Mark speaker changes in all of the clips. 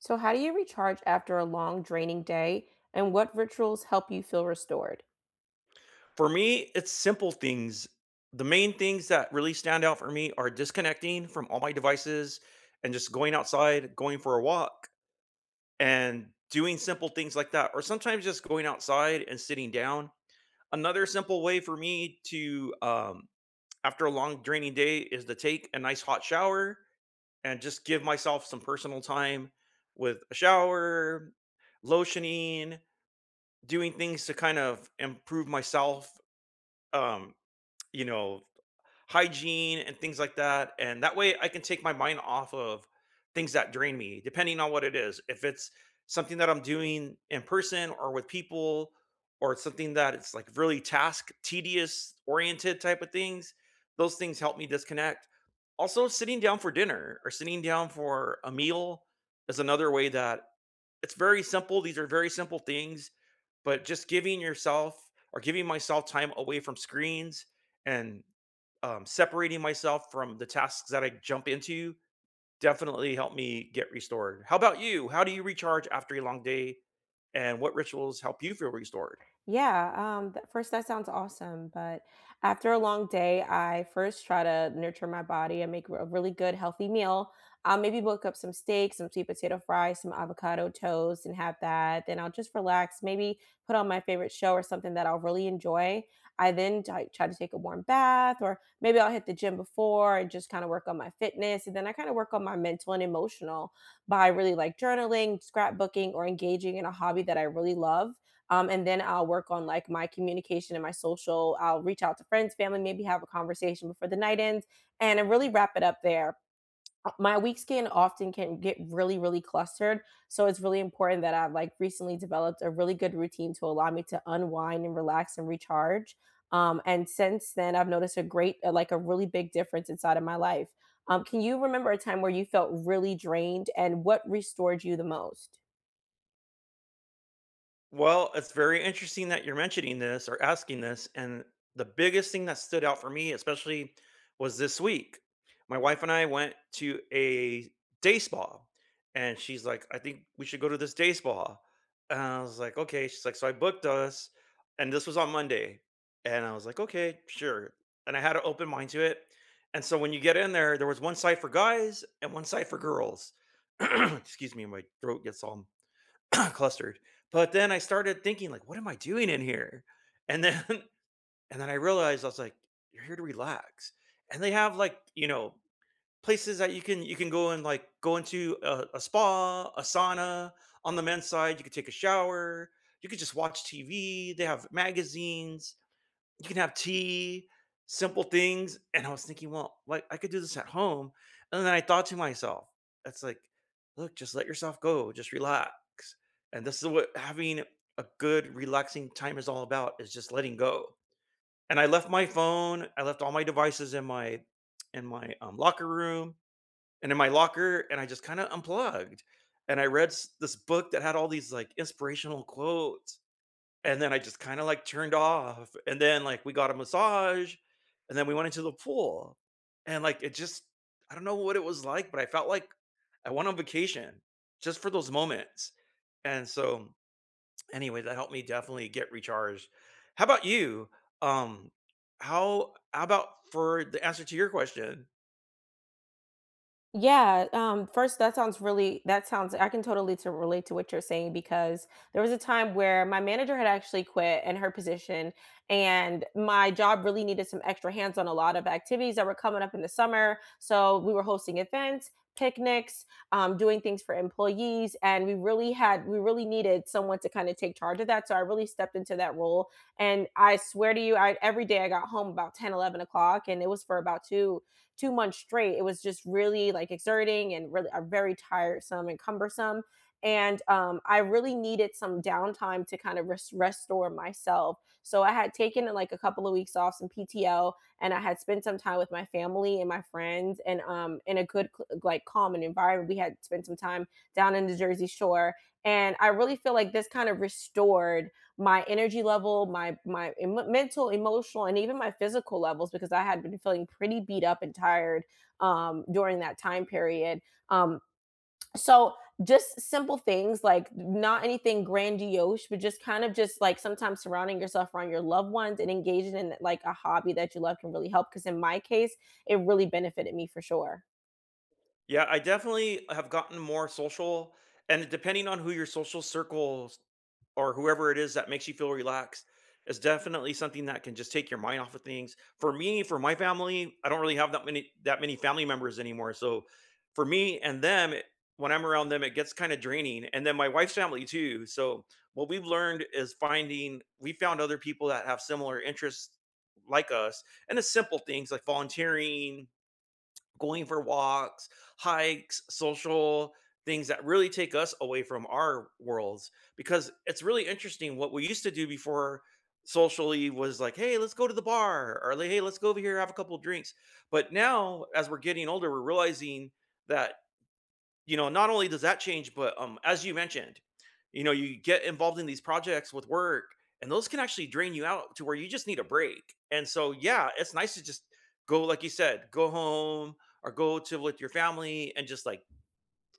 Speaker 1: So, how do you recharge after a long, draining day, and what rituals help you feel restored?
Speaker 2: For me, it's simple things. The main things that really stand out for me are disconnecting from all my devices and just going outside, going for a walk, and doing simple things like that, or sometimes just going outside and sitting down. Another simple way for me to, after a long, draining day, is to take a nice hot shower and just give myself some personal time with a shower, lotioning, doing things to kind of improve myself. Um, you know, Hygiene and things like that. And that way I can take my mind off of things that drain me, depending on what it is. If it's something that I'm doing in person or with people, or it's something that it's like really task tedious oriented type of things, those things help me disconnect. Also, sitting down for dinner or sitting down for a meal is another way that it's very simple. These are very simple things, but just giving yourself or giving myself time away from screens and separating myself from the tasks that I jump into definitely helped me get restored. How about you? How do you recharge after a long day? And what rituals help you feel restored?
Speaker 1: Yeah, first, that sounds awesome. But after a long day, I first try to nurture my body and make a really good, healthy meal. I'll maybe book up some steak, some sweet potato fries, some avocado toast, and have that. Then I'll just relax, maybe put on my favorite show or something that I'll really enjoy. I then try to take a warm bath, or maybe I'll hit the gym before and just kind of work on my fitness. And then I kind of work on my mental and emotional by really like journaling, scrapbooking, or engaging in a hobby that I really love, and then I'll work on like my communication and my social. I'll reach out to friends, family, maybe have a conversation before the night ends, and I really wrap it up there. My weeks can often can get really, really clustered. So it's really important that I've like recently developed a really good routine to allow me to unwind and relax and recharge. And since then, I've noticed a great, like a really big difference inside of my life. Can you remember a time where you felt really drained and what restored you the most?
Speaker 2: Well, it's very interesting that you're mentioning this or asking this. And the biggest thing that stood out for me, especially, was this week. My wife and I went to a day spa, and she's like, "I think we should go to this day spa." And I was like, "Okay." She's like, "So I booked us," and this was on Monday. And I was like, "Okay, sure." And I had an open mind to it. And so when you get in there, there was one side for guys and one side for girls. Excuse me, my throat gets all clustered. But then I started thinking like, what am I doing in here? And then and then I realized I was like, you're here to relax. And they have, like, you know, places that you can go and like go into a spa, a sauna on the men's side, you could take a shower, you could just watch TV, they have magazines, you can have tea, simple things, and I was thinking, "Well, like, I could do this at home," and then I thought to myself, "That's like, look, just let yourself go, just relax," and this is what having a good relaxing time is all about, is just letting go, and I left my phone, I left all my devices in my locker room and in my locker, and I just kinda unplugged, and I read s this book that had all these, like, inspirational quotes, and then I just kinda, like, turned off, and then, like, we got a massage, and then we went into the pool, and, like, it just, I don't know what it was like, but I felt like I went on vacation just for those moments, and so, anyway, that helped me definitely get recharged. How about you? Um, how about for the answer to your question?
Speaker 1: Yeah, first, that sounds really that sounds I can totally to relate to what you're saying because there was a time where my manager had actually quit in her position, and my job really needed some extra hands on a lot of activities that were coming up in the summer. So we were hosting events, picnics, doing things for employees, and we really needed someone to kind of take charge of that. So I really stepped into that role, and I swear to you, I every day I got home about 10, 11 o'clock, and it was for about two months straight. It was just really like exerting and really, very tiresome and cumbersome. And I really needed some downtime to kind of restore myself. So I had taken, like a couple of weeks off, some PTO, and I had spent some time with my family and my friends, and, in a good, like, calm and environment. We had spent some time down in the Jersey Shore, and I really feel like this kind of restored my energy level, my mental, emotional, and even my physical levels because I had been feeling pretty beat up and tired, during that time period. Um, so just simple things like not anything grandiose, but just kind of just like sometimes surrounding yourself around your loved ones and engaging in like a hobby that you love can really help. Because in my case, it really benefited me for sure.
Speaker 2: Yeah, I definitely have gotten more social, and depending on who your social circles or whoever it is that makes you feel relaxed is definitely something that can just take your mind off of things. For me, for my family, I don't really have that many family members anymore. So for me and them, when I'm around them, it gets kind of draining. And then my wife's family too. So what we've learned is finding we found other people that have similar interests like us, and it's simple things like volunteering, going for walks, hikes, social things that really take us away from our worlds, because it's really interesting what we used to do before socially was like, hey, let's go to the bar, or like, hey, let's go over here have a couple of drinks. But now as we're getting older, we're realizing that, you know, not only does that change, but as you mentioned, you know, you get involved in these projects with work, and those can actually drain you out to where you just need a break. And so, yeah, it's nice to just go, like you said, go home or go to with your family and just like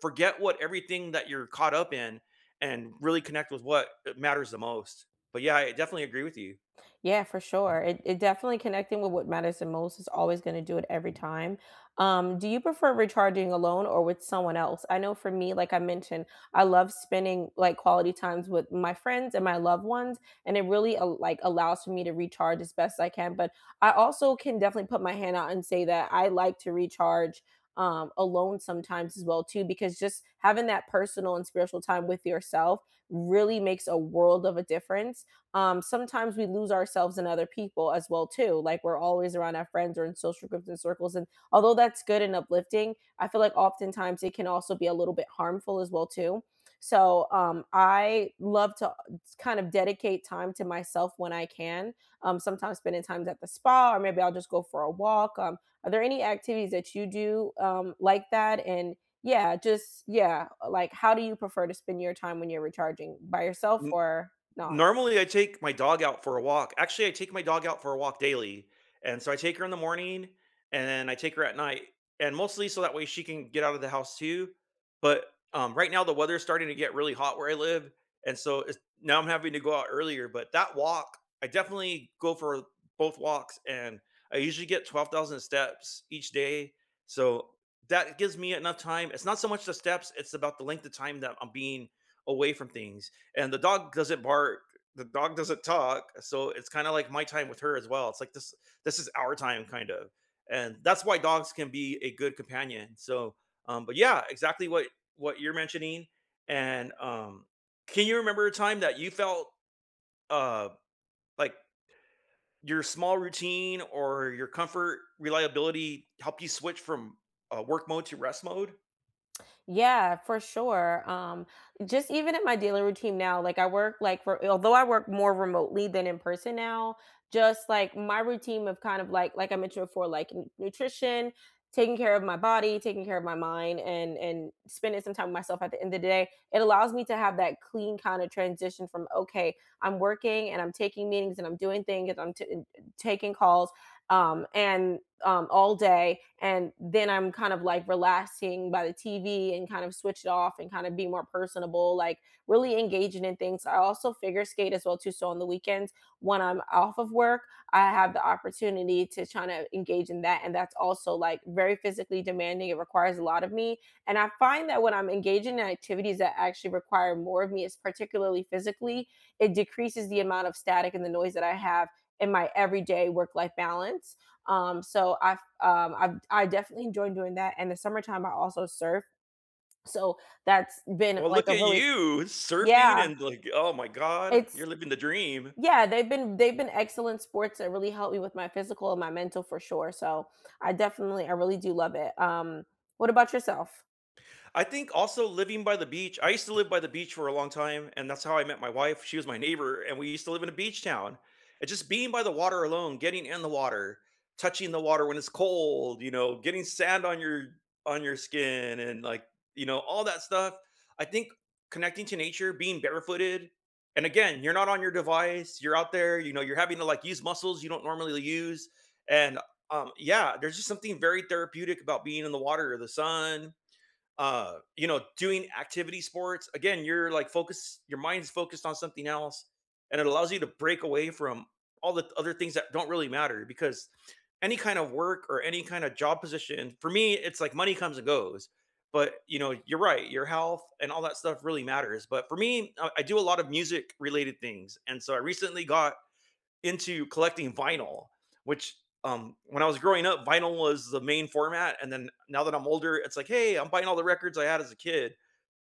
Speaker 2: forget what everything that you're caught up in and really connect with what matters the most. But yeah, I definitely agree with you.
Speaker 1: Yeah, for sure. It definitely connecting with what matters the most is always going to do it every time. Do you prefer recharging alone or with someone else? I know for me, like I mentioned, I love spending like quality times with my friends and my loved ones, and it really, like allows for me to recharge as best I can. But I also can definitely put my hand out and say that I like to recharge alone sometimes as well too, because just having that personal and spiritual time with yourself really makes a world of a difference. Sometimes we lose ourselves in other people as well too, like we're always around our friends or in social groups and circles, and although that's good and uplifting, I feel like oftentimes it can also be a little bit harmful as well too. So, I love to kind of dedicate time to myself when I can. Sometimes spending time at the spa, or maybe I'll just go for a walk. Are there any activities that you do like that? And, yeah, just, yeah, like, how do you prefer to spend your time when you're recharging by yourself or not?
Speaker 2: Normally, I take my dog out for a walk. Actually, I take my dog out for a walk daily. And so I take her in the morning and then I take her at night. And mostly so that way she can get out of the house too. But right now, the weather's starting to get really hot where I live. And so it's, now I'm having to go out earlier. But that walk, I definitely go for both walks. And I usually get 12,000 steps each day. So that gives me enough time. It's not so much the steps, it's about the length of time that I'm being away from things, and the dog doesn't bark, the dog doesn't talk, so it's kind of like my time with her as well. It's like this is our time kind of, and that's why dogs can be a good companion. So but yeah, exactly what you're mentioning. And can you remember a time that you felt uh like your small routine or your comfort reliability helped you switch from work mode to rest mode?
Speaker 1: Yeah, for sure. Just even in my daily routine now, like I work like for although I work more remotely than in person now, just like my routine of kind of like I mentioned before, like nutrition, taking care of my body, taking care of my mind, and spending some time with myself at the end of the day, it allows me to have that clean kind of transition from okay, I'm working and I'm taking meetings and I'm doing things and I'm taking calls, and all day. And then I'm kind of like relaxing by the TV and kind of switch it off and kind of be more personable, like really engaging in things. I also figure skate as well too. So on the weekends when I'm off of work, I have the opportunity to try to engage in that. And that's also like very physically demanding. It requires a lot of me. And I find that when I'm engaging in activities that actually require more of me, is particularly physically, it decreases the amount of static and the noise that I have in my everyday work life balance. So I definitely enjoyed doing that. And the summertime, I also surf. So that's been
Speaker 2: Well,
Speaker 1: like
Speaker 2: look
Speaker 1: a
Speaker 2: at
Speaker 1: really,
Speaker 2: you
Speaker 1: yeah.
Speaker 2: surfing, and like, oh my god, you're
Speaker 1: It's,
Speaker 2: living the dream.
Speaker 1: yeah, they've been excellent sports that really helped me with my physical and my mental for sure. So I really do love it. What about yourself?
Speaker 2: I think also living by the beach, I used to live by the beach for a long time, and that's how I met my wife. She was my neighbor, and we used to live in a beach town. And just being by the water alone, getting in the water, touching the water when it's cold, you know, getting sand on your skin and like, you know, all that stuff. I think connecting to nature, being barefooted, and again, you're not on your device, you're out there, you know, you're having to like use muscles you don't normally use. And yeah, there's just something very therapeutic about being in the water or the sun, you know, doing activity sports, again, you're like focused, your mind is focused on something else, and it allows you to break away from all the other things that don't really matter, because any kind of work or any kind of job position for me, it's like money comes and goes, but you know, you're right, your health and all that stuff really matters. But for me, I do a lot of music related things, and so I recently got into collecting vinyl, which, when I was growing up, vinyl was the main format. And then now that I'm older, it's like, hey, I'm buying all the records I had as a kid.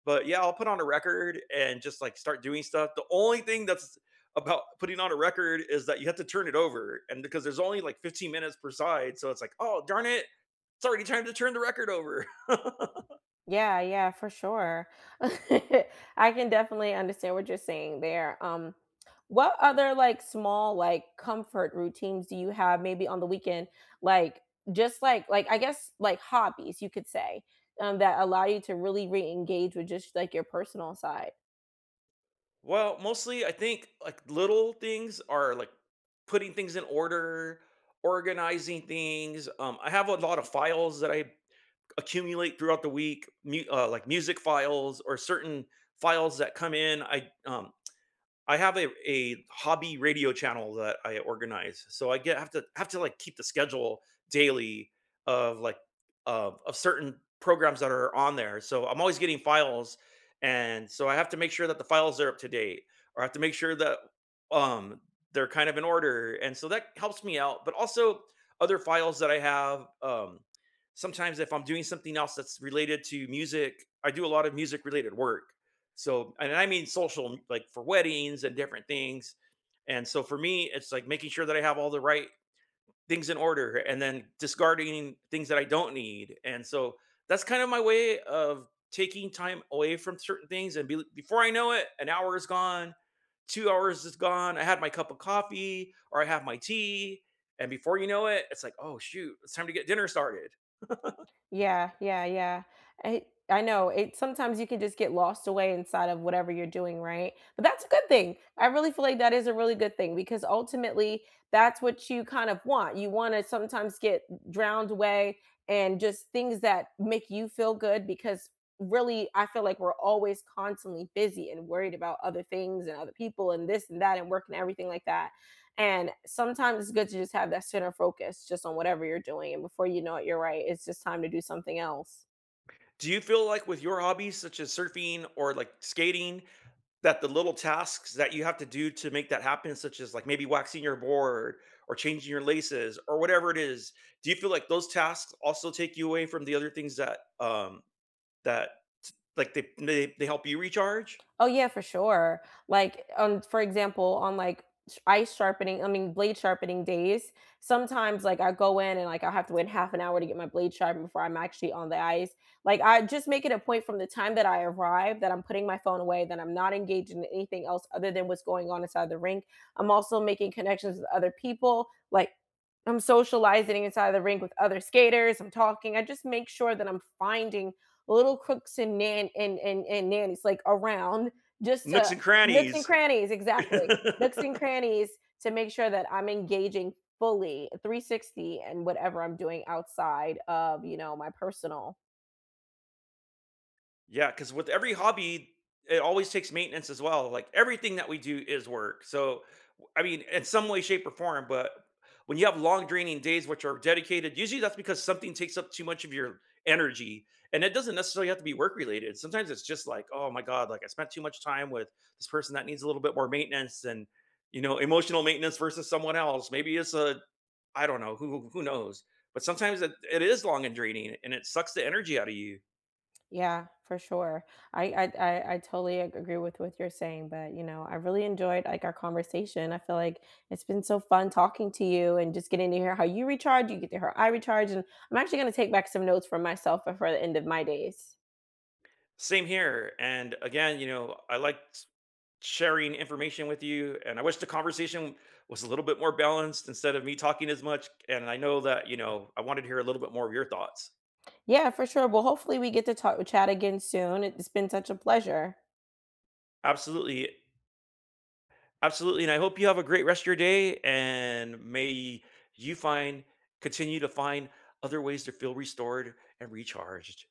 Speaker 2: But yeah, I'll put on a record and just like start doing stuff. The only thing that's about putting on a record is that you have to turn it over. And because there's only like 15 minutes per side. So it's like, oh, darn it. It's already time to turn the record over.
Speaker 1: Yeah, yeah, for sure. I can definitely understand what you're saying there. What other, like, small, like, comfort routines do you have maybe on the weekend? Like, just like I guess like hobbies you could say, that allow you to really re-engage with just like your personal side.
Speaker 2: Well, mostly I think like little things are like putting things in order, organizing things. I have a lot of files that I accumulate throughout the week, like music files or certain files that come in. I have a hobby radio channel that I organize, so I get have to like, keep the schedule daily of, like, of certain programs that are on there, so I'm always getting files, and so I have to make sure that the files are up to date, or I have to make sure that, um, they're kind of in order, and so that helps me out, but also other files that I have, sometimes if I'm doing something else that's related to music, I do a lot of music-related work. So, and I mean social, like for weddings and different things. And so for me, it's like making sure that I have all the right things in order and then discarding things that I don't need. And so that's kind of my way of taking time away from certain things. And before I know it, an hour is gone, 2 hours is gone. I had my cup of coffee or I have my tea. And before you know it, it's like, oh, shoot, it's time to get dinner started.
Speaker 1: Yeah, yeah, yeah. I know. It sometimes you can just get lost away inside of whatever you're doing, right? But that's a good thing. I really feel like that is a really good thing because ultimately that's what you kind of want. You want to sometimes get drowned away and just things that make you feel good because really I feel like we're always constantly busy and worried about other things and other people and this and that and work and everything like that. And sometimes it's good to just have that center focus just on whatever you're doing. And before you know it, you're right. It's just time to do something else.
Speaker 2: Do you feel like with your hobbies, such as surfing or like skating, that the little tasks that you have to do to make that happen, such as like maybe waxing your board or changing your laces or whatever it is, do you feel like those tasks also take you away from the other things that that like they help you recharge?
Speaker 1: Oh yeah, for sure. Like on, for example, on like ice sharpening, I mean blade sharpening days, sometimes like I go in and like I have to wait half an hour to get my blade sharpened before I'm actually on the ice. Like I just make it a point from the time that I arrive that I'm putting my phone away, that I'm not engaged in anything else other than what's going on inside the rink. I'm also making connections with other people, like I'm socializing inside the rink with other skaters. I'm talking. I just make sure that I'm finding little crooks and nannies like around just
Speaker 2: Nooks
Speaker 1: to
Speaker 2: and
Speaker 1: nooks and
Speaker 2: crannies.
Speaker 1: crannies, exactly. Nooks and crannies to make sure that I'm engaging fully, 360 and whatever I'm doing outside of, you know, my personal.
Speaker 2: Yeah, because with every hobby, it always takes maintenance as well. Like everything that we do is work. So, I mean, in some way, shape, or form, but when you have long draining days which are dedicated, usually that's because something takes up too much of your energy. And it doesn't necessarily have to be work related. Sometimes it's just like, oh my God, like I spent too much time with this person that needs a little bit more maintenance and, you know, emotional maintenance versus someone else. Maybe it's a, I don't know, who knows. But sometimes it is long and draining, and it sucks the energy out of you.
Speaker 1: Yeah, for sure. I totally ag agree with what you're saying, but, you know, I really enjoyed, like, our conversation. I feel like it's been so fun talking to you and just getting to hear how you recharge, you get to hear how I recharge, and I'm actually gonna take back some notes for myself before the end of my days.
Speaker 2: Same here. And again, you know, I liked sharing information with you. And I wish the conversation was a little bit more balanced instead of me talking as much. And I know that, you know, I wanted to hear a little bit more of your thoughts.
Speaker 1: Yeah, for sure. Well, hopefully we get to talk chat again soon. It's been such a pleasure.
Speaker 2: Absolutely. Absolutely. And I hope you have a great rest of your day. And may you find, continue to find other ways to feel restored and recharged.